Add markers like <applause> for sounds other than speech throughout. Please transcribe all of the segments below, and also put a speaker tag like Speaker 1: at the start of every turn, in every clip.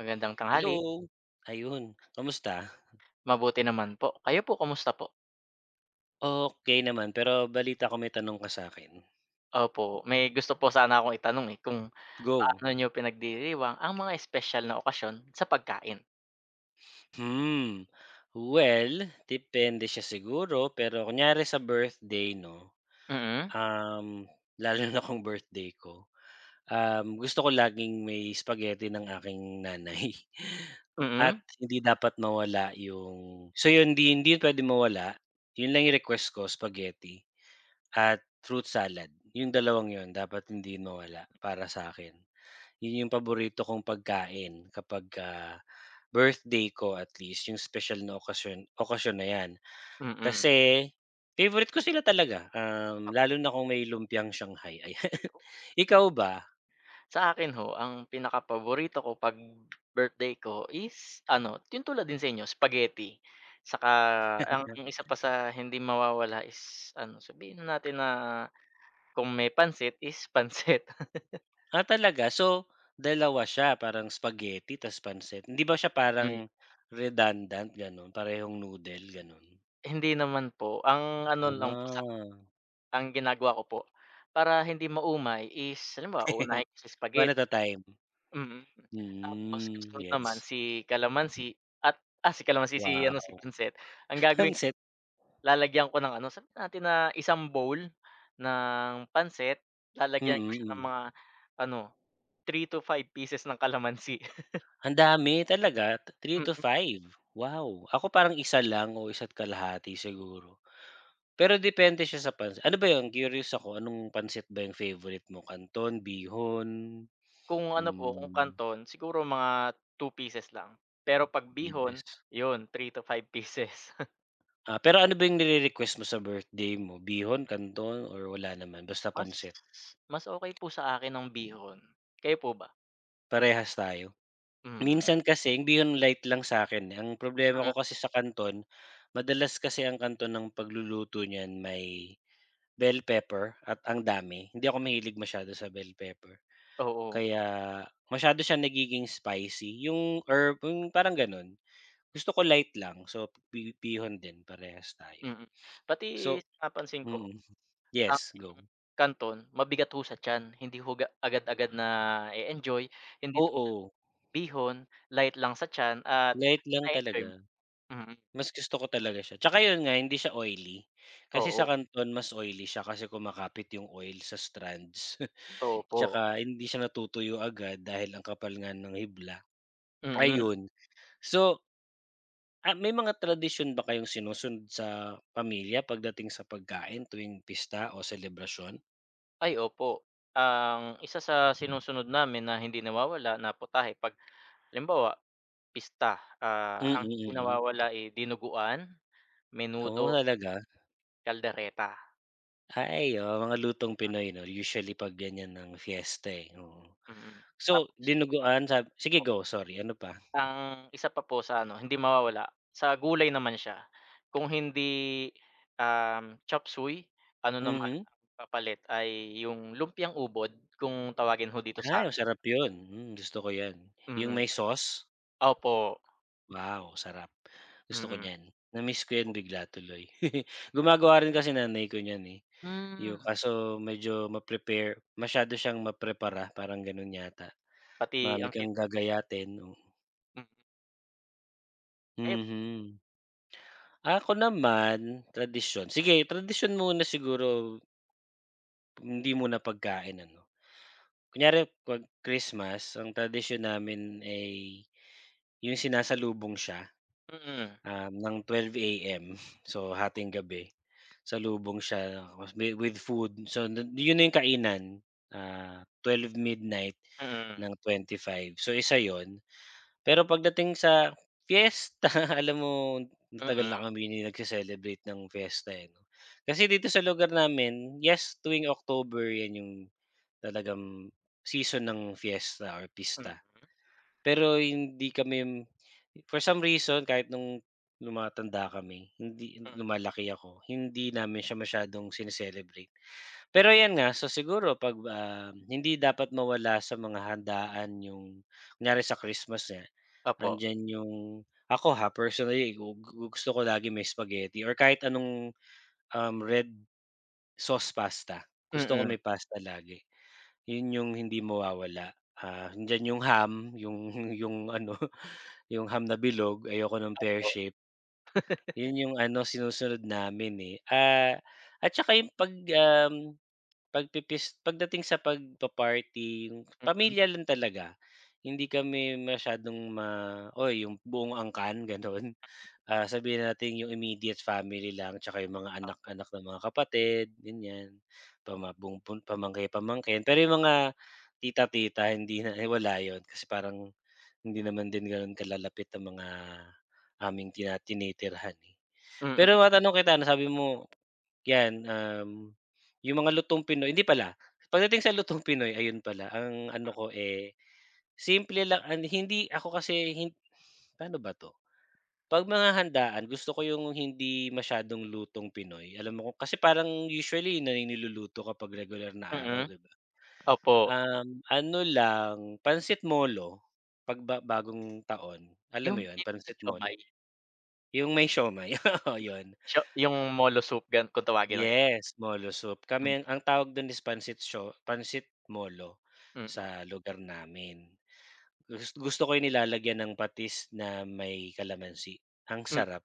Speaker 1: Magandang tanghali.
Speaker 2: Hello, ayun, kamusta?
Speaker 1: Mabuti naman po. Kayo po kamusta po?
Speaker 2: Okay naman, pero balita ko may tanong ka sa'kin.
Speaker 1: Opo, may gusto po sana akong itanong, eh, kung
Speaker 2: Go.
Speaker 1: paano niyo pinagdiriwang ang mga espesyal na okasyon sa pagkain?
Speaker 2: Hmm, well, depende siya siguro, pero kunyari sa birthday 'no,
Speaker 1: Mm,
Speaker 2: um, lalo na kung birthday ko, gusto ko laging may spaghetti ng aking nanay <laughs> at
Speaker 1: mm,
Speaker 2: hindi dapat mawala yung so yun, hindi hindi pwedeng mawala, yun lang yung request ko, spaghetti. At fruit salad, yung dalawang yun dapat hindi mawala para sa'kin. Yun yung paborito kong pagkain kapagka birthday ko at least yung special na okasyon okasyon na yan.
Speaker 1: mm.
Speaker 2: Kasi favorite ko sila talaga, lalo na kung may lumpiang Shanghai, <laughs> ayan. Ikaw ba?
Speaker 1: Sa akin ho, ang pinakapaborito ko 'pag birthday ko is ano, yung tulad din sa inyo, spaghetti. Saka ang isa pa sa hindi mawawala is ano, sabihin na natin na kung may pansit is pansit.
Speaker 2: Ah, talaga? So, dalawa siya parang spaghetti ta's pansit, hindi ba siya
Speaker 1: <laughs>
Speaker 2: parang
Speaker 1: Mm.
Speaker 2: redundant gano'n, parehong noodle gano'n?
Speaker 1: Hindi naman po, ang ano lang po.
Speaker 2: Ah,
Speaker 1: Ang ginagawa ko po, para hindi maumay is halimbawa uunahin
Speaker 2: <laughs>
Speaker 1: ko si
Speaker 2: one
Speaker 1: spaghetti.
Speaker 2: at a time.
Speaker 1: Mm. Tapos
Speaker 2: Mm,
Speaker 1: kasunod naman
Speaker 2: gets.
Speaker 1: si kalamansi at si kalamansi, si
Speaker 2: Wow!
Speaker 1: ano, si pansit. Ang
Speaker 2: <laughs>
Speaker 1: gagawin
Speaker 2: Pansit
Speaker 1: lalagyan ko ng ano, sabihin natin na isang bowl ng pansit,
Speaker 2: mm.
Speaker 1: lalagyan ko siya ng
Speaker 2: mm.
Speaker 1: mga ano, 3 to 5 pieces ng kalamansi. <laughs>
Speaker 2: Ang dami talaga, three to
Speaker 1: Mm.
Speaker 2: five. Wow! Ako parang isa lang o isat kalahati siguro. Pero depende siya sa pansit. Ano ba 'yun, curious ako, anong pansit ba yung favorite mo? Canton, bihon,
Speaker 1: Kung ano po, kung
Speaker 2: hmm,
Speaker 1: kanton siguro mga 2 pieces lang. Pero 'pag bihon,
Speaker 2: yes.
Speaker 1: 'yun 3 to 5 pieces.
Speaker 2: Ah, pero ano ba yung nire-request mo sa birthday mo? Bihon, canton or wala naman basta
Speaker 1: Mas
Speaker 2: pansit?
Speaker 1: mas okey po sa akin ang bihon. Kayo po ba?
Speaker 2: Parehas tayo.
Speaker 1: Mm,
Speaker 2: Minsan kasi hindi 'yun light lang sa akin, eh. Ang problema
Speaker 1: mm,
Speaker 2: ko kasi sa kanton, madalas kasi ang kanton ng pagluluto niyan may bell pepper at ang dami. Hindi ako mahilig masyado sa bell pepper,
Speaker 1: oo,
Speaker 2: kaya masyado siya nagiging spicy, yung herb yung parang gano'n. Gusto ko light lang, so pihon din parehas tayo.
Speaker 1: mm. Pati
Speaker 2: So
Speaker 1: napansin ko
Speaker 2: mm.
Speaker 1: ang
Speaker 2: Yes, go.
Speaker 1: kanton mabigat ho sa tiyan, hindi ho agad-agad na-e-enjoy, hindi
Speaker 2: Oo.
Speaker 1: bihon light lang sa tiyan at
Speaker 2: Light lang
Speaker 1: na-e-enjoy mo.
Speaker 2: talaga.
Speaker 1: Mm,
Speaker 2: Mas gusto ko talaga siya. Tsaka yun nga hindi siya oily. Kasi sa
Speaker 1: oo,
Speaker 2: Canton mas oily siya kasi kumakapit yung oil sa strands. <laughs>
Speaker 1: opo,
Speaker 2: Tsaka hindi siya natutuyo agad dahil ang kapal nga ng hibla,
Speaker 1: mm.
Speaker 2: ayun. So, may mga tradisyon ba kayong sinusunod sa pamilya pagdating sa pagkain tuwing pista o selebrasyon?
Speaker 1: Ay opo, ang isa sa sinusunod namin na hindi nawawala na putahe 'pag halimbawa pista,
Speaker 2: Mm,
Speaker 1: ang
Speaker 2: mm.
Speaker 1: hindi
Speaker 2: Mm, mm.
Speaker 1: nawawala, eh, dinuguan,
Speaker 2: Oo,
Speaker 1: menudo,
Speaker 2: talaga?
Speaker 1: kaldereta.
Speaker 2: Ay, oo, mga lutong Pinoy 'no usually 'pag ganyan ng fiesta, eh, oo.
Speaker 1: Mm.
Speaker 2: So,
Speaker 1: Tapos
Speaker 2: dinuguan sige
Speaker 1: po
Speaker 2: go, sorry ano pa?
Speaker 1: ang isa pa po sa ano, hindi mawawala, sa gulay naman siya. Kung hindi, chop suey, ano naman
Speaker 2: Mhm.
Speaker 1: ang kapalit ay yung lumpiang ubod kung tawagin ho dito sa.
Speaker 2: Ay masarap yun, hmm, gusto ko yan. Yung
Speaker 1: Mm.
Speaker 2: may sauce,
Speaker 1: Opo,
Speaker 2: wow sarap, gusto ko
Speaker 1: mm.
Speaker 2: niyan. Na-miss ko yan bigla tuloy. <laughs> Gumagawa rin kasi nanay ko niyan, eh,
Speaker 1: Hmm,
Speaker 2: yung kaso medyo ma-prepare masyado siyang parang ganun yata.
Speaker 1: pati
Speaker 2: Marami
Speaker 1: ang kit,
Speaker 2: kang gagayatin, oo.
Speaker 1: mm, kaya,
Speaker 2: Mhm. Ako naman, tradisyon, sige tradisyon muna siguro hindi muna pagkain ano. Kunyari 'pag Christmas ang tradisyon namin ay yung sinasalubong siya,
Speaker 1: mm,
Speaker 2: ng 12 AM. <laughs> So, hating gabi, salubong siya with food. So, yun na yung kainan, 12 midnight
Speaker 1: mm,
Speaker 2: ng 25. So, isa yun. Pero pagdating sa fiesta, <laughs> alam mo natagal
Speaker 1: mm,
Speaker 2: na kami hindi nagse-celebrate ng fiesta, eh, 'no. Kasi dito sa lugar namin, yes, tuwing October yan yung talagang season ng fiesta or
Speaker 1: mm,
Speaker 2: pista. Pero hindi kami for some reason kahit nung tumatanda kami, hindi
Speaker 1: mm,
Speaker 2: lumalaki ako, hindi namin siya masyadong sine. Pero ayan nga, so siguro 'pag, hindi dapat mawala sa mga handaan yung kunyari sa Christmas nga,
Speaker 1: opo,
Speaker 2: andiyan yung ako ha, personally gu gu gusto ko lagi may spaghetti or kahit anong, red sauce pasta. Gusto ko
Speaker 1: mm,
Speaker 2: may pasta lagi. Yun yung hindi mawawala, ah, nandiyan yung ham, yung ano, <laughs> yung ham na bilog, ayoko ng pear
Speaker 1: po,
Speaker 2: shape. Yun yung ano sinusunod namin, eh. Ah, at saka yung 'pag, pagdating sa pagpa-party, yung
Speaker 1: mm,
Speaker 2: pamilya lang talaga. Hindi kami masyadong ma "Oy, yung buong angkan," <laughs> gano'n. Ah, sabihin natin yung immediate family lang tsaka yung mga anak-anak ng mga kapatid, ganyan. Pama bung pun pamangkin-pamangkin. Pero yung mga tita-tita hindi na eh, wala yun kasi parang hindi naman din gano'n kalalapit ang mga aming tinitirhan, eh.
Speaker 1: mm,
Speaker 2: Pero matanong kita 'no, sabi mo 'yan, yung mga lutong Pinoy hindi pala, pagdating sa lutong Pinoy ayun pala ang ano ko, eh, simple lang an hindi ako kasi hin paano ba 'to? 'Pag mga handaan gusto ko yung hindi masyadong lutong Pinoy. Alam mo kung kasi parang usually yun na yung niluluto kapag regular na
Speaker 1: mm,
Speaker 2: araw, 'di ba?
Speaker 1: opo.
Speaker 2: Ano lang, pansit molo 'pag bagong taon. Alam mo
Speaker 1: Yung <unintelligible>
Speaker 2: yun, pansit molo?
Speaker 1: siomai,
Speaker 2: Yung may siomai, <laughs> oo yun.
Speaker 1: yung molo soup gan kung tawagin ng.
Speaker 2: Yes, molo soup. Kami ang tawag dun is pansit pansit molo
Speaker 1: Mm.
Speaker 2: sa lugar namin. Gusto ko yung nilalagyan ng patis na may kalamansi, ang
Speaker 1: Hmm,
Speaker 2: sarap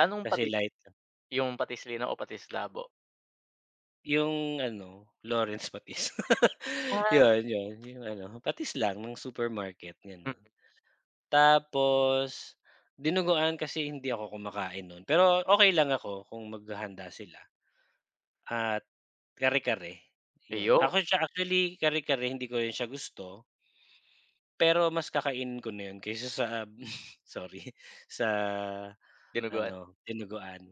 Speaker 1: anong
Speaker 2: kasi
Speaker 1: patis
Speaker 2: light.
Speaker 1: yung patis-linaw o patislabo?
Speaker 2: Yung ano, Lawrence patis. <laughs>
Speaker 1: Ah.
Speaker 2: Yun, yun, yung ano, patis lang ng supermarket,
Speaker 1: Hmm,
Speaker 2: gano'n. Tapos, dinuguan kasi hindi ako kumakain nun, pero okay lang ako kung maghahanda sila at kare-kare, yun.
Speaker 1: ayun
Speaker 2: Ako siya actually kare-kare hindi ko rin siya gusto, pero mas kakainin ko na yun kaysa sa <laughs> sorry, sa
Speaker 1: dinuguan.
Speaker 2: ano, dinuguan.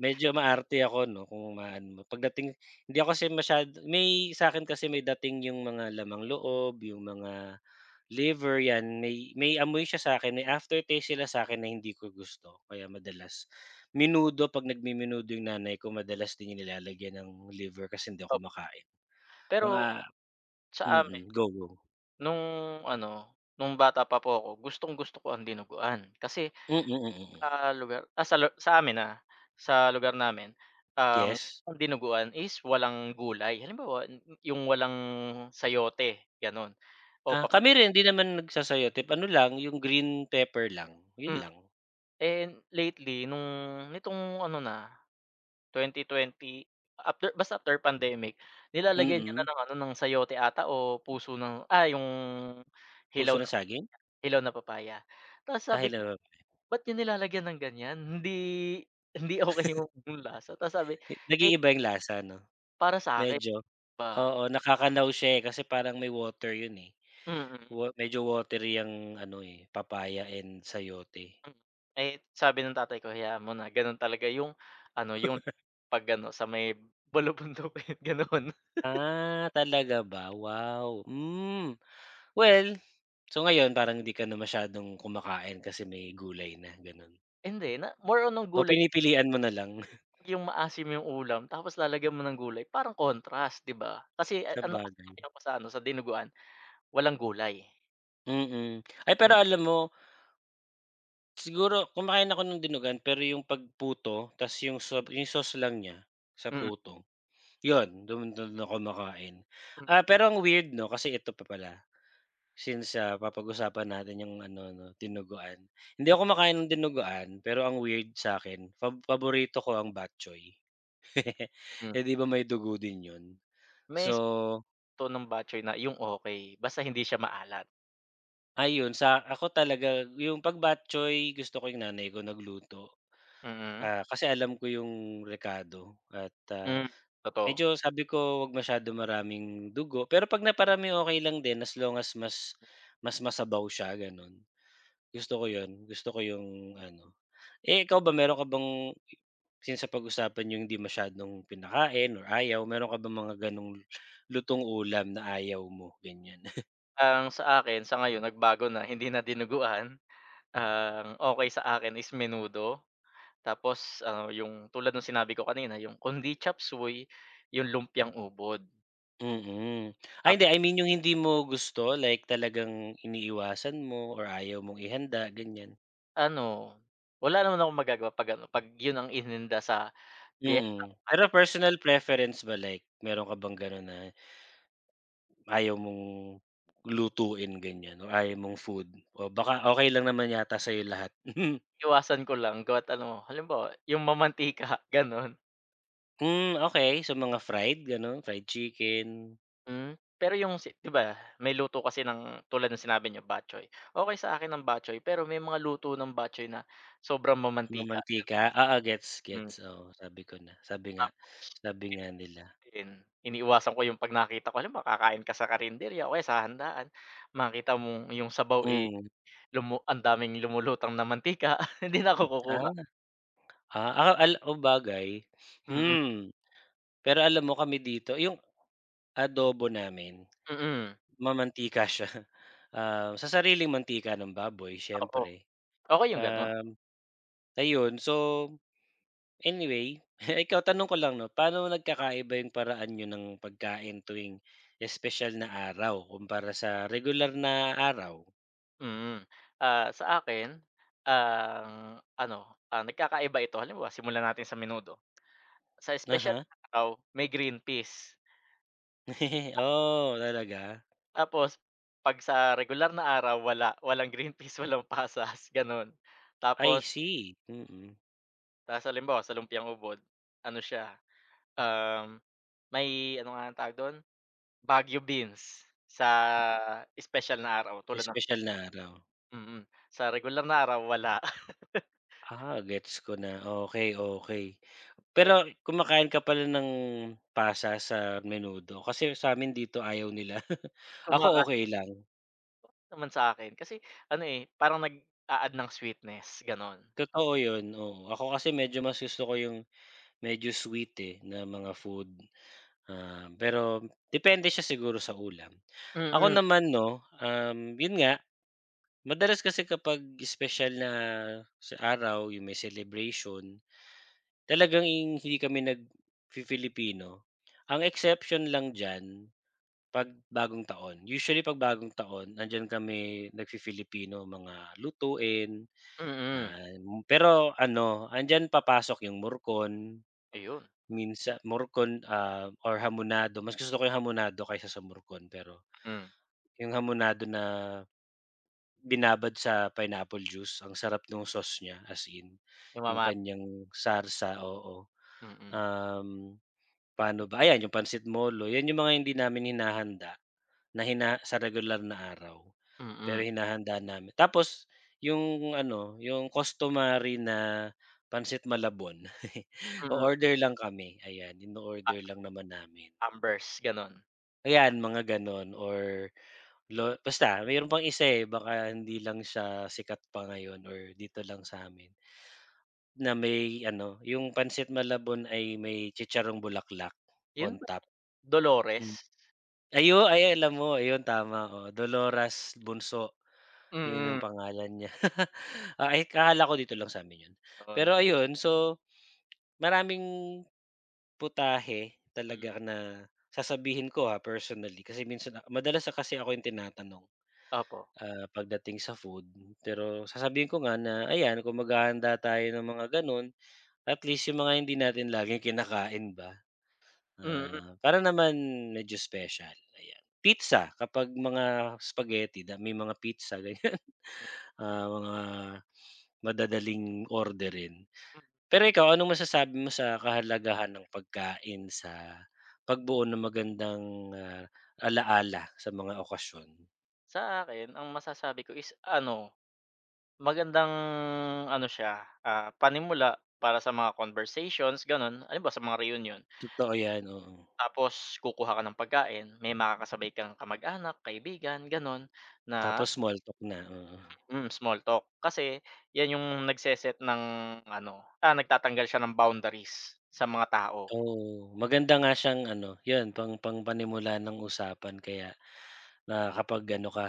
Speaker 2: Medyo maarte ako 'no, kung maano mo pagdating hindi ako kasi masyado may sa'kin kasi may dating yung mga lamang-loob, yung mga liver, 'yan. May amoy siya sa'kin, may aftertaste sila sa'kin na hindi ko gusto. Kaya madalas menudo, 'pag nagmemenudo yung nanay ko madalas din yung nilalagyan ng liver kasi hindi
Speaker 1: Op
Speaker 2: ako makain.
Speaker 1: <laughs>
Speaker 2: Ang,
Speaker 1: pero
Speaker 2: ah
Speaker 1: sa amin
Speaker 2: mm, go, go.
Speaker 1: nung ano, nung bata pa po ako gustong-gusto ko ang dinuguan kasi,
Speaker 2: Mm, mm, mm.
Speaker 1: lugar sa amin, sa lugar namin ang
Speaker 2: Yes.
Speaker 1: ang dinuguan is walang gulay. Halimbawa yung walang sayote gano'n o
Speaker 2: Ah,
Speaker 1: pap.
Speaker 2: kami rin, hindi naman nagsasayote. Ano lang, yung green pepper lang, yun
Speaker 1: Hmm,
Speaker 2: lang.
Speaker 1: and lately nung nitong ano na 2020 after basta after pandemic, nilalagyan niya na
Speaker 2: Mm.
Speaker 1: ng ano, ng sayote ata o puso ng yung hilaw
Speaker 2: Puso ng
Speaker 1: na
Speaker 2: saging?
Speaker 1: hilaw na papaya. Tapos
Speaker 2: Ah,
Speaker 1: sabi ko,
Speaker 2: hello.
Speaker 1: "Ba't niyo nilalagyan ng ganyan? Hindi hindi okay yung lasa." Tapos sabi, "Eh,
Speaker 2: Nag-iiba yung lasa 'no?
Speaker 1: para sa akin
Speaker 2: Medyo
Speaker 1: ba."
Speaker 2: oo, nakakalaww siya, eh, kasi parang may water yun, eh.
Speaker 1: Mm,
Speaker 2: Wa medyo watery ang ano, eh, papaya and sayote.
Speaker 1: hmm. Eh, sabi ng tatay ko, "Hayaan mo na gano'n talaga yung ano, yung 'pag ano, sa may bulubundok," gano'n. <laughs>
Speaker 2: Ah, talaga ba? Wow, hmm. Well, so ngayon parang hindi ka na masyadong kumakain kasi may gulay na, gano'n?
Speaker 1: Hindi, na more on ng
Speaker 2: O
Speaker 1: gulay.
Speaker 2: pinipilian mo na lang? <laughs>
Speaker 1: Yung maasim yung ulam tapos lalagyan mo ng gulay parang contrast, 'di ba? Kasi ano kasi
Speaker 2: Sabagay,
Speaker 1: nakita ko sa ano, sa dinuguan, walang gulay.
Speaker 2: mm. Ay,
Speaker 1: Hmm,
Speaker 2: pero alam mo, siguro kumakain ako ng dinugan pero yung 'pag puto ta's yung yung sauce lang niya sa
Speaker 1: mm,
Speaker 2: puto. Yun, dun dun ako kumakain.
Speaker 1: hmm,
Speaker 2: Ah, pero ang weird 'no, kasi ito pa pala, since, papag-usapan natin yung ano 'no, dinuguan. Hindi ako kumakain ng dinuguan, pero ang weird sa'kin paborito ko ang batchoy. <laughs>
Speaker 1: mm.
Speaker 2: Eh, 'di ba may dugo din yun?
Speaker 1: May
Speaker 2: So,
Speaker 1: aspekto ng batchoy na yung okey, basta hindi siya maalat.
Speaker 2: ayun sa ako talaga yung 'pag batchoy gusto ko yung nanay ko nagluto,
Speaker 1: Mm,
Speaker 2: kasi alam ko yung rekado at, ah.
Speaker 1: hmm, totoo.
Speaker 2: Medyo sabi ko, wag masyado maraming dugo, pero 'pag naparami okay lang din as long as mas mas masabaw siya gano'n. Gusto ko 'yun, gusto ko 'yung ano. Eh, ikaw ba meron ka bang since napag-usapan 'yung hindi masyadong pinakain or ayaw, meron ka bang mga gano'ng lutong ulam na ayaw mo, ganyan? <laughs>
Speaker 1: Ang sa akin sa ngayon nagbago na, hindi na dinuguan, ang okey sa akin is menudo, tapos ano yung tulad nung sinabi ko kanina yung kundi chop suey, yung lumpiang ubod.
Speaker 2: Mm. Ay hindi, I mean 'yung hindi mo gusto like talagang iniiwasan mo or ayaw mong ihanda, ganiyan?
Speaker 1: Ano, wala naman akong magagawa 'pag ano, 'pag yun ang ininda sa piyesta
Speaker 2: Mm.
Speaker 1: o
Speaker 2: Pero
Speaker 1: kanta.
Speaker 2: personal preference ba like meron ka bang gano'n na ayaw mong lutuin ganyan o ayaw mong food o baka okay lang naman yata sa'yo lahat? <laughs>
Speaker 1: Iwasan ko lang kahit ano, halimbawa yung mamantika, <laughs> gano'n.
Speaker 2: Hmm, okay so mga fried gano'n, fried chicken,
Speaker 1: Hmm, pero yung si 'di ba may luto kasi ng tulad ng sinabi niyo batchoy. Okey sa akin ang batchoy, pero may mga luto ng batchoy na sobrang
Speaker 2: mga
Speaker 1: mamantika, gano'n.
Speaker 2: mantika, oo gets,
Speaker 1: Hmm,
Speaker 2: gets, oh sabi ko na, sabi nga
Speaker 1: tapos
Speaker 2: sabi nga
Speaker 1: iba
Speaker 2: nila,
Speaker 1: din, iniiwasan ko yung 'pag nakita ko halimbawa kakain ka sa karinderya o kaya sa handaan, makita mong yung sabaw, eh,
Speaker 2: mm.
Speaker 1: ang daming lumulutang na mantika, <laughs> hindi na ako kukuha,
Speaker 2: Ah, ah, ah, al oh, bagay,
Speaker 1: mm.
Speaker 2: hmm. Pero alam mo kami dito yung adobo namin
Speaker 1: Mm,
Speaker 2: mamantika siya, <laughs> ah, sa sariling mantika ng baboy
Speaker 1: oo.
Speaker 2: siyempre,
Speaker 1: Okey yung gano'n,
Speaker 2: um, ayun so anyway, <laughs> ikaw tanong ko lang 'no, paano nagkakaiba yung paraan niyo ng pagkain tuwing espesyal na araw kumpara sa regular na araw?
Speaker 1: mm. Ah, sa akin, ang ano, nagkakaiba ito halimbawa simulan natin sa menudo. Sa espesyal
Speaker 2: Aha.
Speaker 1: na araw may green peas,
Speaker 2: <laughs> Oh, talaga?
Speaker 1: tapos 'pag sa regular na araw wala, walang green <laughs> peas, walang pasas, gano'n. Tapos
Speaker 2: I see, mm.
Speaker 1: tas halimbawa sa lumpiang ubod, ano siya, um, may ano nga tawag do'n, Baguio beans sa espesyal na araw tulad ng.
Speaker 2: Espesyal na araw.
Speaker 1: Mm, mm, sa regular na araw wala. <laughs>
Speaker 2: Ah, gets ko na, okay, okay.
Speaker 1: Eh,
Speaker 2: Pero kumakain ka pala ng pasa sa menudo? Kasi sa sa'min dito ayaw nila. <laughs>
Speaker 1: kuma.
Speaker 2: Ako okay lang,
Speaker 1: Naman sa akin kasi ano, eh, parang nag-a-add ng sweetness gano'n.
Speaker 2: totoo yun, oo. Ako kasi medyo mas gusto ko yung medyo sweet, eh, na mga food. Ah, pero depende siya siguro sa ulam. Ako
Speaker 1: Mm,
Speaker 2: naman 'no, yun nga, madalas kasi kapag special na sa araw, yung may celebration, talagang in- hindi kami nag filipino. Ang exception lang diyan, 'pag Bagong Taon. Usually 'pag Bagong Taon, nandiyan kami nagfi-Filipino, mga lutuin,
Speaker 1: mm,
Speaker 2: ah, pero ano, andiyan papasok yung murkon.
Speaker 1: ayun,
Speaker 2: Minsan morcon, ah, or hamonado, mas gusto ko yung hamonado kaysa sa morcon, pero
Speaker 1: mm,
Speaker 2: yung hamonado na binabad sa pineapple juice, ang sarap nung sauce niya, as in, yung
Speaker 1: namamara
Speaker 2: kanyang sarsa, oo.
Speaker 1: mm,
Speaker 2: Um, paano ba, ayan yung pansit molo, yan yung mga hindi namin hinahanda na hina sa regular na araw, pero
Speaker 1: mm,
Speaker 2: hinahanda namin. Tapos yung ano, yung customary na pansit malabon, <laughs>
Speaker 1: mm,
Speaker 2: o-order lang kami, ayan, in
Speaker 1: a
Speaker 2: order lang naman namin.
Speaker 1: Ambers gano'n.
Speaker 2: Ayan, mga gano'n or basta mayro'n pang isa, eh, baka hindi lang siya sikat pa ngayon or dito lang sa amin na may ano, yung pansit malabon ay may chicharong bulaklak
Speaker 1: 'Yun
Speaker 2: on
Speaker 1: ba
Speaker 2: top.
Speaker 1: Dolores?
Speaker 2: Hmm. Ayu ay alam mo, ayun tama, oh, Dolores Bunso. Yun yung
Speaker 1: Mm,
Speaker 2: pangalan niya. <laughs> Ah, ay akala ko dito lang sa'min yun.
Speaker 1: yun,
Speaker 2: Pero ayun, so maraming putahe
Speaker 1: hmm,
Speaker 2: talaga na sasabihin ko, ha personally kasi minsan madalas na kasi ako yung tinatanong,
Speaker 1: opo,
Speaker 2: pagdating sa food. Pero sasabihin ko nga na ayan kung maghahanda tayo ng mga gano'n, at least yung mga hindi natin laging kinakain ba,
Speaker 1: mm,
Speaker 2: ah, para naman medyo special, ayan. Pizza kapag mga spaghetti da may mga pizza,
Speaker 1: mm.
Speaker 2: ah, mga madadaling orderin. Pero ikaw, anong masasabi mo sa kahalagahan ng pagkain sa pagbuo ng magandang, ah, ala sa mga okasyon?
Speaker 1: Sa akin ang masasabi ko is ano, magandang ano siya, panimula para sa mga conversations gano'n, halimbawa sa mga reunion.
Speaker 2: Totoo 'yan, oo.
Speaker 1: Tapos kukuha ka ng pagkain, may makakasabay kang kamag-anak, kaibigan, gano'n na
Speaker 2: Tapos small talk na, oo.
Speaker 1: mm, small talk. Kasi 'yan yung nagse-set ng ano, nagtatanggal siya ng boundaries sa mga tao,
Speaker 2: Oo, maganda nga siyang ano, 'yun pang pangpanimula ng usapan kaya, na kapag ano ka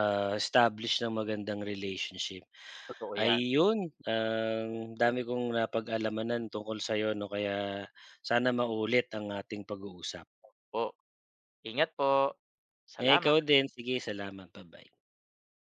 Speaker 2: establish ng magandang relationship.
Speaker 1: totoo 'yan.
Speaker 2: Ayun, ang dami kong napag-alamanan tungkol sa'yo 'no, kaya sana maulit ang ating pag-uusap.
Speaker 1: Po, ingat po,
Speaker 2: Eh,
Speaker 1: salamat.
Speaker 2: ikaw din, sige salamat, ba-bye.